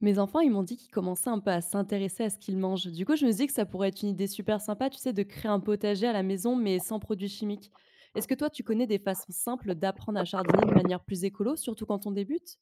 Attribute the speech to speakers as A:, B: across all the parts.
A: Mes enfants, ils m'ont dit qu'ils commençaient un peu à s'intéresser à ce qu'ils mangent. Du coup, je me dis que ça pourrait être une idée super sympa, tu sais, de créer un potager à la maison, mais sans produits chimiques. Est-ce que toi, tu connais des façons simples d'apprendre à jardiner de manière plus écolo, surtout quand on débute?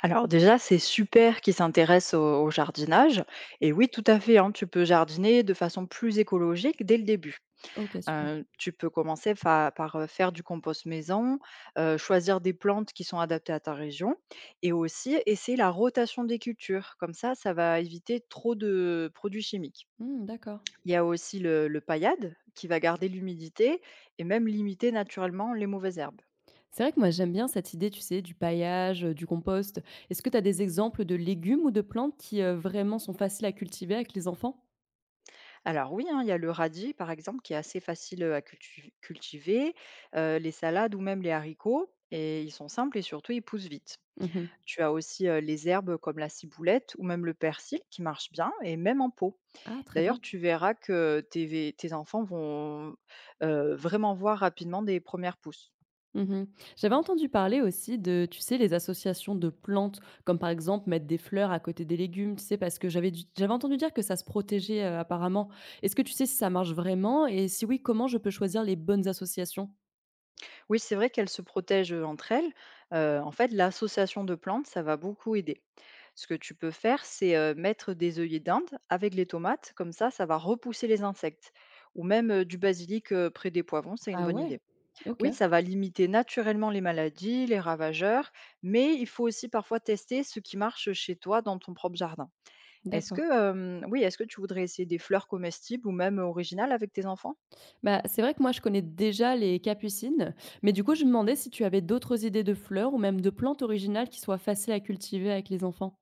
B: Alors déjà, c'est super qu'ils s'intéressent au jardinage. Et oui, tout à fait, hein, tu peux jardiner de façon plus écologique dès le début.
A: Ok, super.
B: Tu peux commencer par faire du compost maison, choisir des plantes qui sont adaptées à ta région et aussi essayer la rotation des cultures. Comme ça va éviter trop de produits chimiques.
A: Hmm, d'accord.
B: Il y a aussi le paillade qui va garder l'humidité et même limiter naturellement les mauvaises herbes.
A: C'est vrai que moi j'aime bien cette idée, tu sais, du paillage, du compost. Est-ce que tu as des exemples de légumes ou de plantes qui, vraiment sont faciles à cultiver avec les enfants?
B: Alors oui, hein, il y a le radis, par exemple, qui est assez facile à cultiver, les salades ou même les haricots, et ils sont simples et surtout ils poussent vite.
A: Mmh.
B: Tu as aussi les herbes comme la ciboulette ou même le persil qui marchent bien et même en pot.
A: Ah très
B: D'ailleurs,
A: bien.
B: tu verras que tes enfants vont vraiment voir rapidement des premières pousses.
A: Mmh. J'avais entendu parler aussi de, tu sais, les associations de plantes, comme par exemple mettre des fleurs à côté des légumes, tu sais? Parce que j'avais entendu dire que ça se protégeait, apparemment. Est-ce que tu sais si ça marche vraiment et si oui, comment je peux choisir les bonnes associations?
B: Oui, c'est vrai qu'elles se protègent entre elles. En fait, l'association de plantes, ça va beaucoup aider. Ce que tu peux faire, c'est mettre des œillets d'Inde avec les tomates, comme ça va repousser les insectes. Ou même du basilic près des poivrons, c'est une
A: Ah
B: bonne
A: ouais?
B: idée.
A: OK,
B: Oui, ça va limiter naturellement les maladies, les ravageurs, mais il faut aussi parfois tester ce qui marche chez toi dans ton propre jardin.
A: d'accord.
B: Est-ce que tu voudrais essayer des fleurs comestibles ou même originales avec tes enfants?
A: Bah, c'est vrai que moi, je connais déjà les capucines, mais du coup, je me demandais si tu avais d'autres idées de fleurs ou même de plantes originales qui soient faciles à cultiver avec les enfants.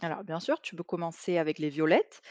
B: Alors bien sûr, tu peux commencer avec les violettes.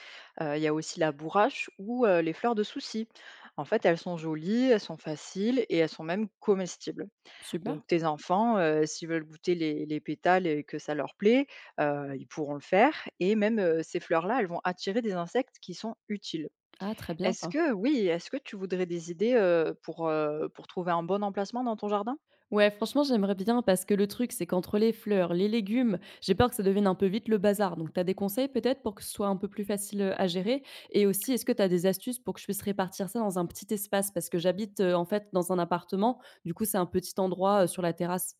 B: Il y a aussi la bourrache ou les fleurs de souci. En fait, elles sont jolies, elles sont faciles et elles sont même comestibles.
A: Super.
B: Donc tes enfants, s'ils veulent goûter les pétales et que ça leur plaît, ils pourront le faire. Et même ces fleurs-là, elles vont attirer des insectes qui sont utiles.
A: Ah, très bien ça.
B: Est-ce que tu voudrais des idées pour trouver un bon emplacement dans ton jardin?
A: Ouais, franchement, j'aimerais bien parce que le truc, c'est qu'entre les fleurs, les légumes, j'ai peur que ça devienne un peu vite le bazar. Donc, tu as des conseils peut-être pour que ce soit un peu plus facile à gérer? Et aussi, est-ce que tu as des astuces pour que je puisse répartir ça dans un petit espace? Parce que j'habite en fait dans un appartement, du coup, c'est un petit endroit sur la terrasse.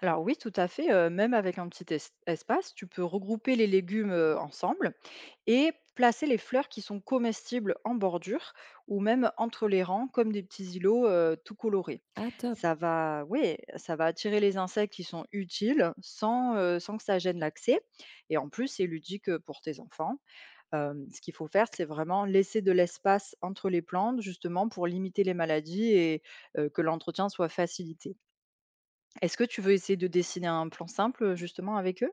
B: Alors oui, tout à fait. Même avec un petit espace, tu peux regrouper les légumes ensemble et placer les fleurs qui sont comestibles en bordure ou même entre les rangs comme des petits îlots tout colorés.
A: Ah, top.
B: Ça va, oui, ça va attirer les insectes qui sont utiles sans que ça gêne l'accès. Et en plus, c'est ludique pour tes enfants. Ce qu'il faut faire, c'est vraiment laisser de l'espace entre les plantes justement pour limiter les maladies et que l'entretien soit facilité. Est-ce que tu veux essayer de dessiner un plan simple, justement avec eux?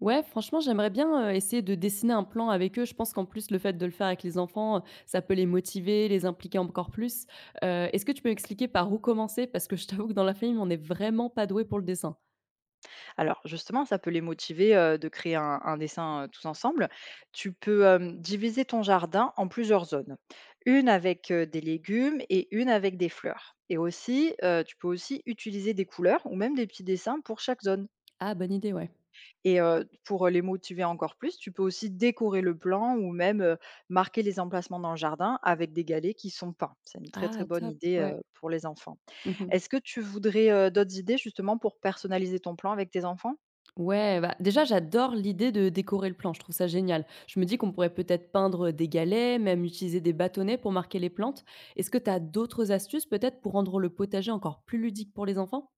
A: Ouais, franchement, j'aimerais bien, essayer de dessiner un plan avec eux. Je pense qu'en plus, le fait de le faire avec les enfants, ça peut les motiver, les impliquer encore plus. Est-ce que tu peux m'expliquer par où commencer? Parce que je t'avoue que dans la famille, on n'est vraiment pas doué pour le dessin.
B: Alors justement, ça peut les motiver, de créer un dessin, tous ensemble. Tu peux, diviser ton jardin en plusieurs zones. Une avec, des légumes et une avec des fleurs et aussi, tu peux aussi utiliser des couleurs ou même des petits dessins pour chaque zone.
A: Ah, bonne idée, ouais.
B: Et pour les motiver encore plus, tu peux aussi décorer le plan ou même, marquer les emplacements dans le jardin avec des galets qui sont peints. C'est une très, très
A: Ah,
B: bonne
A: top,
B: idée,
A: ouais.
B: pour les enfants.
A: Mmh.
B: Est-ce que tu voudrais, d'autres idées justement pour personnaliser ton plan avec tes enfants?
A: Ouais, bah, déjà, j'adore l'idée de décorer le plan, je trouve ça génial. Je me dis qu'on pourrait peut-être peindre des galets, même utiliser des bâtonnets pour marquer les plantes. Est-ce que tu as d'autres astuces peut-être pour rendre le potager encore plus ludique pour les enfants?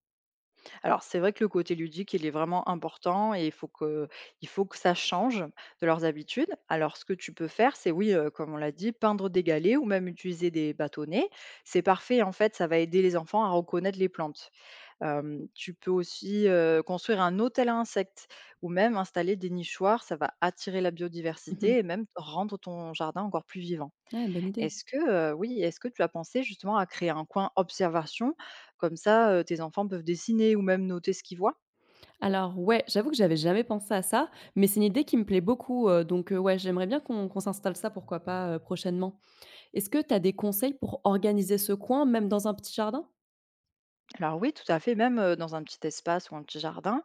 B: Alors c'est vrai que le côté ludique, il est vraiment important et il faut que ça change de leurs habitudes. Alors ce que tu peux faire, c'est oui, comme on l'a dit, peindre des galets ou même utiliser des bâtonnets. C'est parfait en fait, ça va aider les enfants à reconnaître les plantes. Tu peux aussi, construire un hôtel à insectes ou même installer des nichoirs, ça va attirer la
A: Mhm.
B: biodiversité et même rendre ton jardin encore plus vivant.
A: Ouais, bonne idée.
B: Est-ce que tu as pensé justement à créer un coin observation? Comme ça, tes enfants peuvent dessiner ou même noter ce qu'ils voient.
A: Alors ouais, j'avoue que j'avais jamais pensé à ça, mais c'est une idée qui me plaît beaucoup. Ouais, j'aimerais bien qu'on s'installe ça, pourquoi pas, prochainement. Est-ce que tu as des conseils pour organiser ce coin, même dans un petit jardin?
B: Alors oui, tout à fait, même, dans un petit espace ou un petit jardin,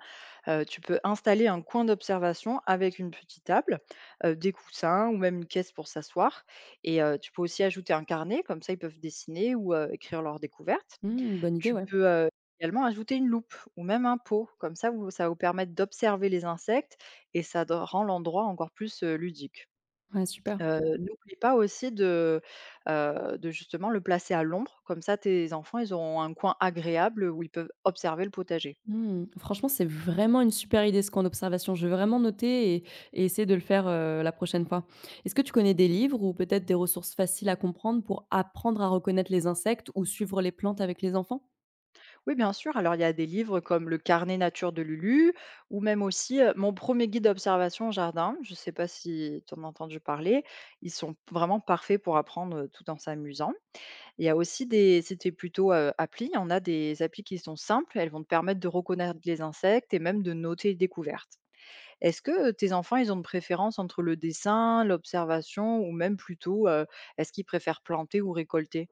B: tu peux installer un coin d'observation avec une petite table, des coussins ou même une caisse pour s'asseoir et tu peux aussi ajouter un carnet, comme ça ils peuvent dessiner ou, écrire leurs découvertes.
A: Hmm, bonne idée,
B: Tu
A: ouais.
B: peux, également ajouter une loupe ou même un pot, comme ça vous ça va vous permettre d'observer les insectes et ça de rend l'endroit encore plus, ludique.
A: Ouais, super.
B: N'oublie pas aussi de justement le placer à l'ombre, comme ça tes enfants, ils auront un coin agréable où ils peuvent observer le potager.
A: Mmh. Franchement, c'est vraiment une super idée ce camp observation. Je vais vraiment noter et essayer de le faire, la prochaine fois. Est-ce que tu connais des livres ou peut-être des ressources faciles à comprendre pour apprendre à reconnaître les insectes ou suivre les plantes avec les enfants?
B: Oui, bien sûr, alors il y a des livres comme Le carnet nature de Lulu ou même aussi, Mon premier guide d'observation au jardin. Je ne sais pas si tu en as entendu parler? Ils sont vraiment parfaits pour apprendre, tout en s'amusant. Il y a aussi des c'était plutôt, appli, on a des applis qui sont simples, elles vont te permettre de reconnaître les insectes et même de noter les découvertes. Est-ce que, tes enfants, ils ont une préférence entre le dessin, l'observation ou même plutôt, est-ce qu'ils préfèrent planter ou récolter?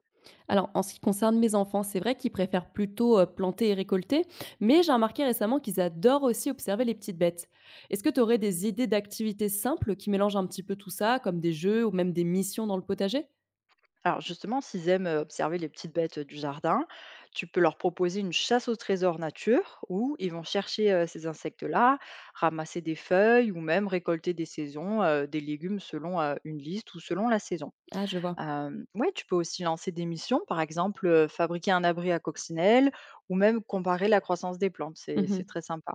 A: Alors, en ce qui concerne mes enfants, c'est vrai qu'ils préfèrent plutôt planter et récolter, mais j'ai remarqué récemment qu'ils adorent aussi observer les petites bêtes. Est-ce que tu aurais des idées d'activités simples qui mélangent un petit peu tout ça, comme des jeux ou même des missions dans le potager?
B: Alors justement, s'ils aiment, observer les petites bêtes, du jardin, tu peux leur proposer une chasse au trésor nature où ils vont chercher, ces insectes-là, ramasser des feuilles ou même récolter des saisons, des légumes selon, une liste ou selon la saison.
A: Ah, je vois.
B: Ouais, tu peux aussi lancer des missions, par exemple, fabriquer un abri à coccinelle ou même comparer la croissance des plantes, c'est
A: Mhm.
B: très sympa.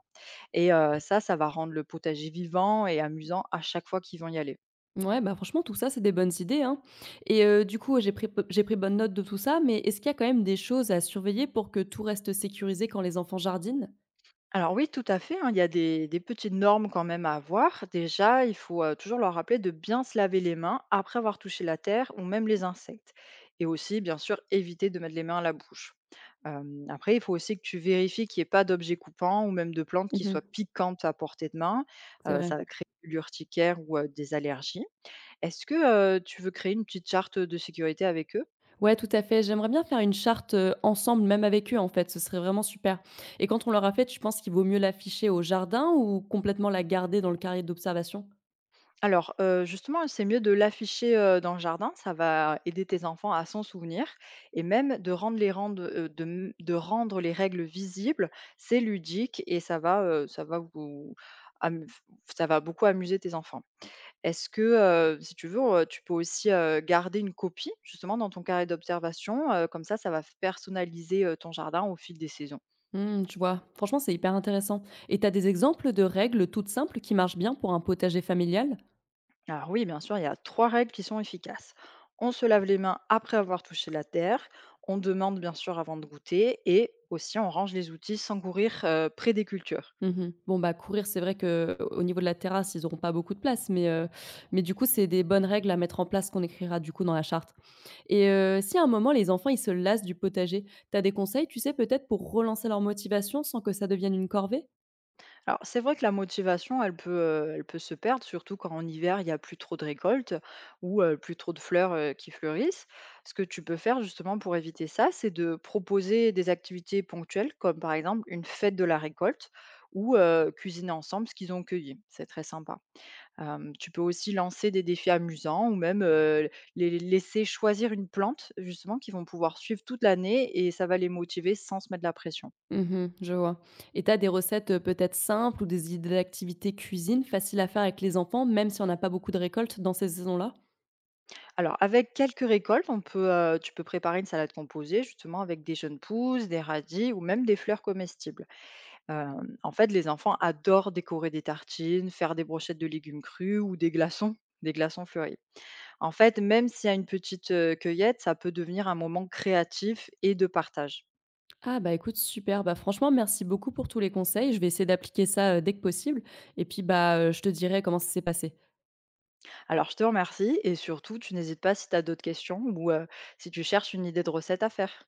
B: Et ça, ça va rendre le potager vivant et amusant à chaque fois qu'ils vont y aller.
A: Ouais, bah, franchement, tout ça, c'est des bonnes idées, hein. Et j'ai pris bonne note de tout ça, mais est-ce qu'il y a quand même des choses à surveiller pour que tout reste sécurisé quand les enfants jardinent?
B: Alors oui, tout à fait, hein, il y a des petites normes quand même à avoir. Déjà, il faut, toujours leur rappeler de bien se laver les mains après avoir touché la terre ou même les insectes et aussi, bien sûr, éviter de mettre les mains à la bouche. Hem, après, il faut aussi que tu vérifies qu'il n'y ait pas d'objets coupants ou même de plantes qui
A: Mmh.
B: soient piquantes à portée de main,
A: C'est vrai.
B: ça va créer de l'urticaire ou, des allergies. Est-ce que, tu veux créer une petite charte de sécurité avec eux?
A: Ouais, tout à fait. J'aimerais bien faire une charte, ensemble, même avec eux, en fait, ce serait vraiment super. Et quand on l'aura faite, je pense qu'il vaut mieux l'afficher au jardin ou complètement la garder dans le carré d'observation?
B: Alors, justement, c'est mieux de l'afficher, dans le jardin, ça va aider tes enfants à s'en souvenir et même de rendre les règles visibles, c'est ludique et ça va vous am ça va beaucoup amuser tes enfants. Est-ce que, si tu veux, tu peux aussi, garder une copie justement dans ton carnet d'observation, comme ça va personnaliser, ton jardin au fil des saisons.
A: Mmh, je vois. Franchement, c'est hyper intéressant. Et t'as des exemples de règles toutes simples qui marchent bien pour un potager familial?
B: Alors oui, bien sûr, il y a trois règles qui sont efficaces. On se lave les mains après avoir touché la terre, on demande bien sûr avant de goûter et aussi on range les outils sans courir près des cultures.
A: Mmh. Bon, bah, courir, c'est vrai que au niveau de la terrasse, ils n'auront pas beaucoup de place, mais, mais du coup, c'est des bonnes règles à mettre en place qu'on écrira du coup dans la charte. Et si à un moment les enfants, ils se lassent du potager, t'as des conseils, tu sais, peut-être pour relancer leur motivation sans que ça devienne une corvée?
B: Alors c'est vrai que la motivation, elle peut se perdre, surtout quand en hiver, il n'y a plus trop de récoltes ou plus trop de fleurs qui fleurissent. Ce que tu peux faire justement pour éviter ça, c'est de proposer des activités ponctuelles, comme par exemple une fête de la récolte ou cuisiner ensemble ce qu'ils ont cueilli. C'est très sympa. Tu peux aussi lancer des défis amusants ou même, les laisser choisir une plante justement qu'ils vont pouvoir suivre toute l'année et ça va les motiver sans se mettre la pression.
A: Mmh, je vois. Et tu as des recettes, peut-être simples ou des idées d'activités cuisine faciles à faire avec les enfants, même si on n'a pas beaucoup de récoltes dans ces saisons-là?
B: Alors avec quelques récoltes, tu peux préparer une salade composée justement avec des jeunes pousses, des radis ou même des fleurs comestibles. Hem, en fait, les enfants adorent décorer des tartines, faire des brochettes de légumes crus ou des glaçons fleuris. En fait, même s'il y a une petite, cueillette, ça peut devenir un moment créatif et de partage.
A: Ah bah, écoute, super, bah, franchement, merci beaucoup pour tous les conseils. Je vais essayer d'appliquer ça, dès que possible et puis, bah, je te dirai comment ça s'est passé.
B: Alors je te remercie et surtout, tu n'hésites pas si tu as d'autres questions ou, si tu cherches une idée de recette à faire.